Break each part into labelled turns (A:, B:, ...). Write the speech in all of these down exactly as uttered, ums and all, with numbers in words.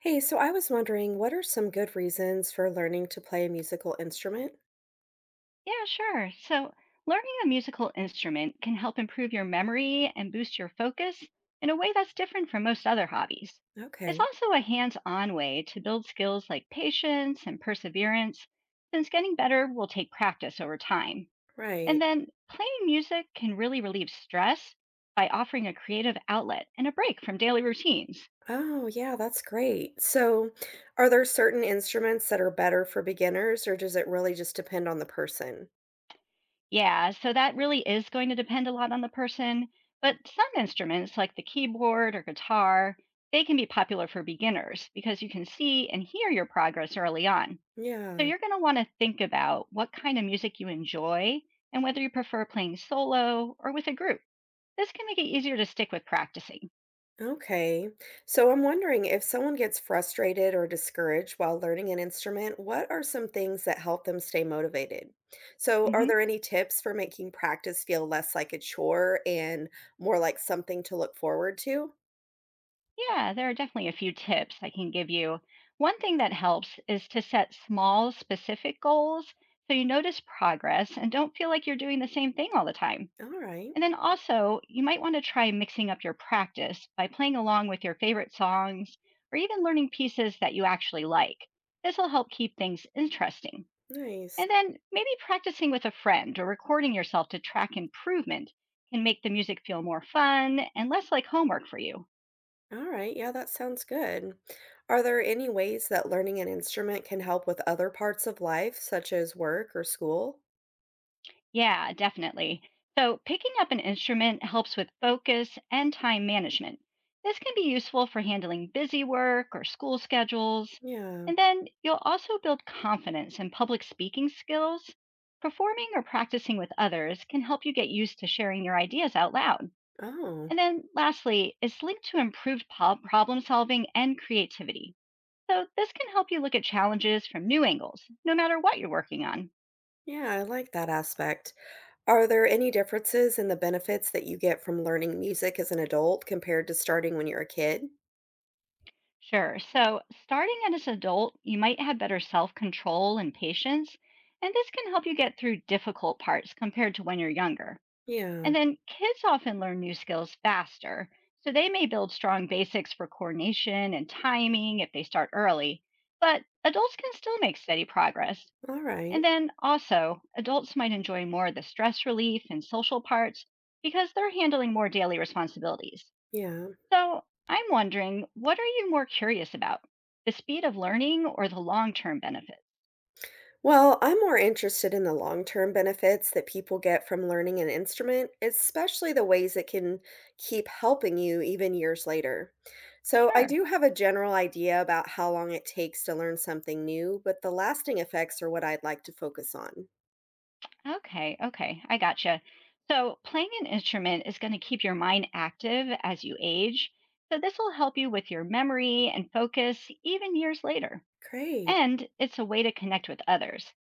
A: Hey, so I was wondering, what are some good reasons for learning to play a musical instrument?
B: Yeah, sure. So, learning a musical instrument can help improve your memory and boost your focus in a way that's different from most other hobbies. It's
A: Okay,
B: also a hands on way to build skills like patience and perseverance, since getting better will take practice over time.
A: right.
B: And then, playing music can really relieve stress by offering a creative outlet and a break from daily routines.
A: Oh, yeah, that's great. So, are there certain instruments that are better for beginners, or does it really just depend on the person?
B: Yeah, so that really is going to depend a lot on the person, but some instruments like the keyboard or guitar, they can be popular for beginners because you can see and hear your progress early on. So
A: Yeah.
B: you're going to want to think about what kind of music you enjoy and whether you prefer playing solo or with a group. This can make it easier to stick with practicing.
A: Okay. So, I'm wondering if someone gets frustrated or discouraged while learning an instrument, what are some things that help them stay motivated? So, are
B: Mhm.
A: there any tips for making practice feel less like a chore and more like something to look forward to?
B: Yeah, there are definitely a few tips I can give you. One thing that helps is to set small, specific goals so you notice progress and don't feel like you're doing the same thing all the time.
A: Alright,
B: And then also, you might want to try mixing up your practice by playing along with your favorite songs or even learning pieces that you actually like. This will help keep things interesting.
A: nice.
B: And then maybe practicing with a friend or recording yourself to track improvement can make the music feel more fun and less like homework for you.
A: Alright, yeah, that sounds good. Are there any ways that learning an instrument can help with other parts of life, such as work or school?
B: Yeah, definitely. So, picking up an instrument helps with focus and time management. This can be useful for handling busy work or school schedules.
A: Yeah.
B: And then you'll also build confidence in public speaking skills. Performing or practicing with others can help you get used to sharing your ideas out loud.
A: Oh,
B: And then, lastly, it's linked to improved po- problem solving and creativity. So, this can help you look at challenges from new angles, no matter what you're working on.
A: yeah, I like that aspect. Are there any differences in the benefits that you get from learning music as an adult compared to starting when you're a kid?
B: Sure. So, starting out as an adult, you might have better self control and patience, and this can help you get through difficult parts compared to when you're younger.
A: Yeah.
B: And then kids often learn new skills faster, so they may build strong basics for coordination and timing if they start early, but adults can still make steady progress.
A: All
B: And
A: right.
B: then also, adults might enjoy more of the stress relief and social parts because they're handling more daily responsibilities.
A: Yeah.
B: So, I'm wondering, what are you more curious about? The speed of learning or the long term benefits?
A: Well, I'm more interested in the long term benefits that people get from learning an instrument, especially the ways it can keep helping you even years later. So, I
B: Sure.
A: do have a general idea about how long it takes to learn something new, but the lasting effects are what I'd like to focus on.
B: Okay. Okay. I gotcha. So, playing an instrument is going to keep your mind active as you age. So, this will help you with your memory and focus even years later.
A: Great.
B: And it's a way to connect with others.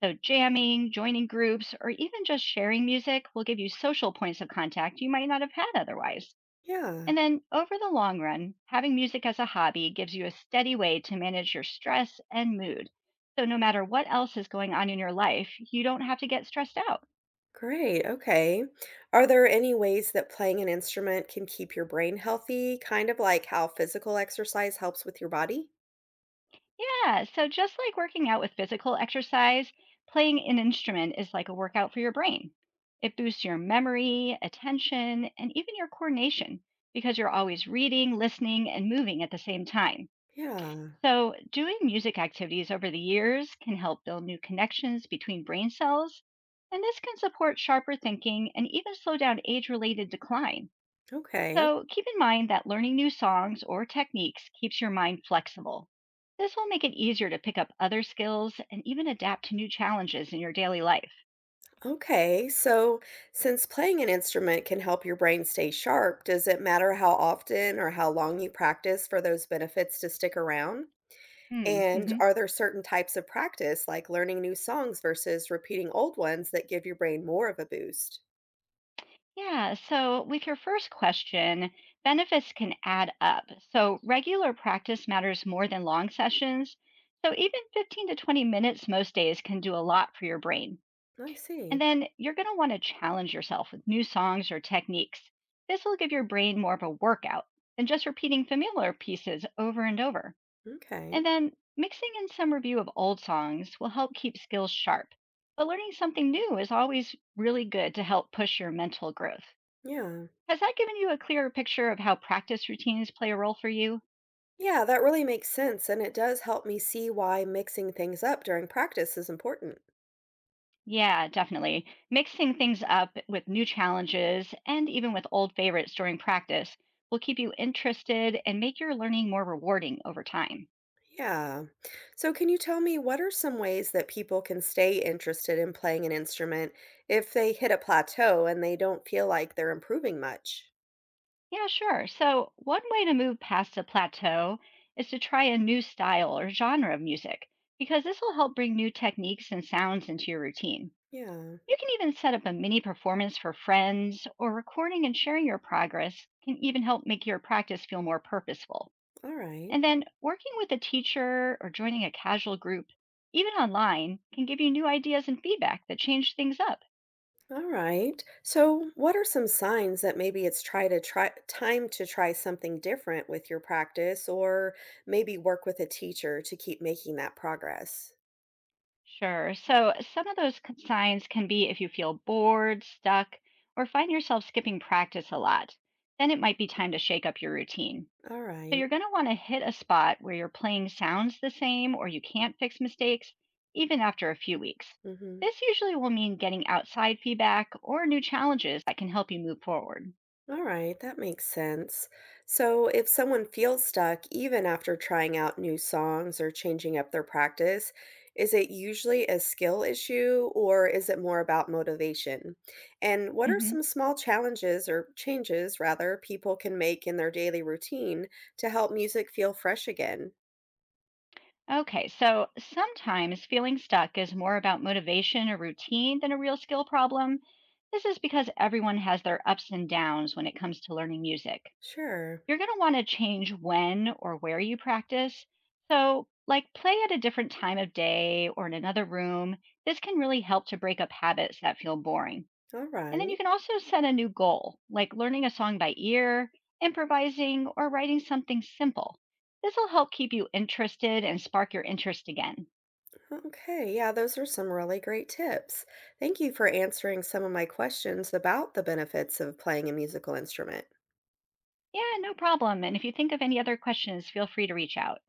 B: So, jamming, joining groups, or even just sharing music will give you social points of contact you might not have had otherwise.
A: Yeah.
B: And then over the long run, having music as a hobby gives you a steady way to manage your stress and mood. So no matter what else is going on in your life, you don't have to get stressed out.
A: Great. Okay. Are there any ways that playing an instrument can keep your brain healthy, kind of like how physical exercise helps with your body?
B: Yeah, so just like working out with physical exercise, playing an instrument is like a workout for your brain. It boosts your memory, attention, and even your coordination because you're always reading, listening, and moving at the same time.
A: Yeah.
B: So, doing music activities over the years can help build new connections between brain cells, and this can support sharper thinking and even slow down age related decline.
A: Okay.
B: So, keep in mind that learning new songs or techniques keeps your mind flexible. This will make it easier to pick up other skills and even adapt to new challenges in your daily life.
A: Okay, so since playing an instrument can help your brain stay sharp, does it matter how often or how long you practice for those benefits to stick around?
B: Hmm.
A: And
B: Mhm.
A: are there certain types of practice, like learning new songs versus repeating old ones, that give your brain more of a boost?
B: Yeah, so with your first question, benefits can add up. So regular practice matters more than long sessions. So even fifteen to twenty minutes most days can do a lot for your brain.
A: I
B: And
A: see.
B: then you're going to want to challenge yourself with new songs or techniques. This will give your brain more of a workout than just repeating familiar pieces over and over.
A: Okay.
B: And then mixing in some review of old songs will help keep skills sharp. But learning something new is always really good to help push your mental growth.
A: Yeah.
B: Has that given you a clearer picture of how practice routines play a role for you?
A: Yeah, that really makes sense. And it does help me see why mixing things up during practice is important.
B: Yeah, definitely. Mixing things up with new challenges and even with old favorites during practice will keep you interested and make your learning more rewarding over time.
A: Yeah. So, can you tell me what are some ways that people can stay interested in playing an instrument if they hit a plateau and they don't feel like they're improving much?
B: Yeah, sure. So, one way to move past a plateau is to try a new style or genre of music, because this will help bring new techniques and sounds into your routine.
A: Yeah.
B: You can even set up a mini performance for friends, or recording and sharing your progress can even help make your practice feel more purposeful.
A: All right.
B: And then working with a teacher or joining a casual group, even online, can give you new ideas and feedback that change things up.
A: All right. So, what are some signs that maybe it's try to try time to try something different with your practice or maybe work with a teacher to keep making that progress?
B: Sure. So some of those c- signs can be if you feel bored, stuck, or find yourself skipping practice a lot, then it might be time to shake up your routine.
A: All
B: So
A: right.
B: you're going to want to hit a spot where your playing sounds the same or you can't fix mistakes, even after a few weeks.
A: Mhm.
B: This usually will mean getting outside feedback or new challenges that can help you move forward.
A: All right, that makes sense. So, if someone feels stuck even after trying out new songs or changing up their practice, is it usually a skill issue or is it more about motivation? And what are
B: Hmm.
A: some small challenges or changes, rather, people can make in their daily routine to help music feel fresh again?
B: Okay, so sometimes feeling stuck is more about motivation or routine than a real skill problem. This is because everyone has their ups and downs when it comes to learning music.
A: Sure.
B: You're going to want to change when or where you practice. So, like play at a different time of day or in another room. This can really help to break up habits that feel boring.
A: All
B: And then you
A: right.
B: can also set a new goal, like learning a song by ear, improvising, or writing something simple. This will help keep you interested and spark your interest again.
A: Okay, yeah, those are some really great tips. Thank you for answering some of my questions about the benefits of playing a musical instrument.
B: Yeah, no problem. And if you think of any other questions, feel free to reach out.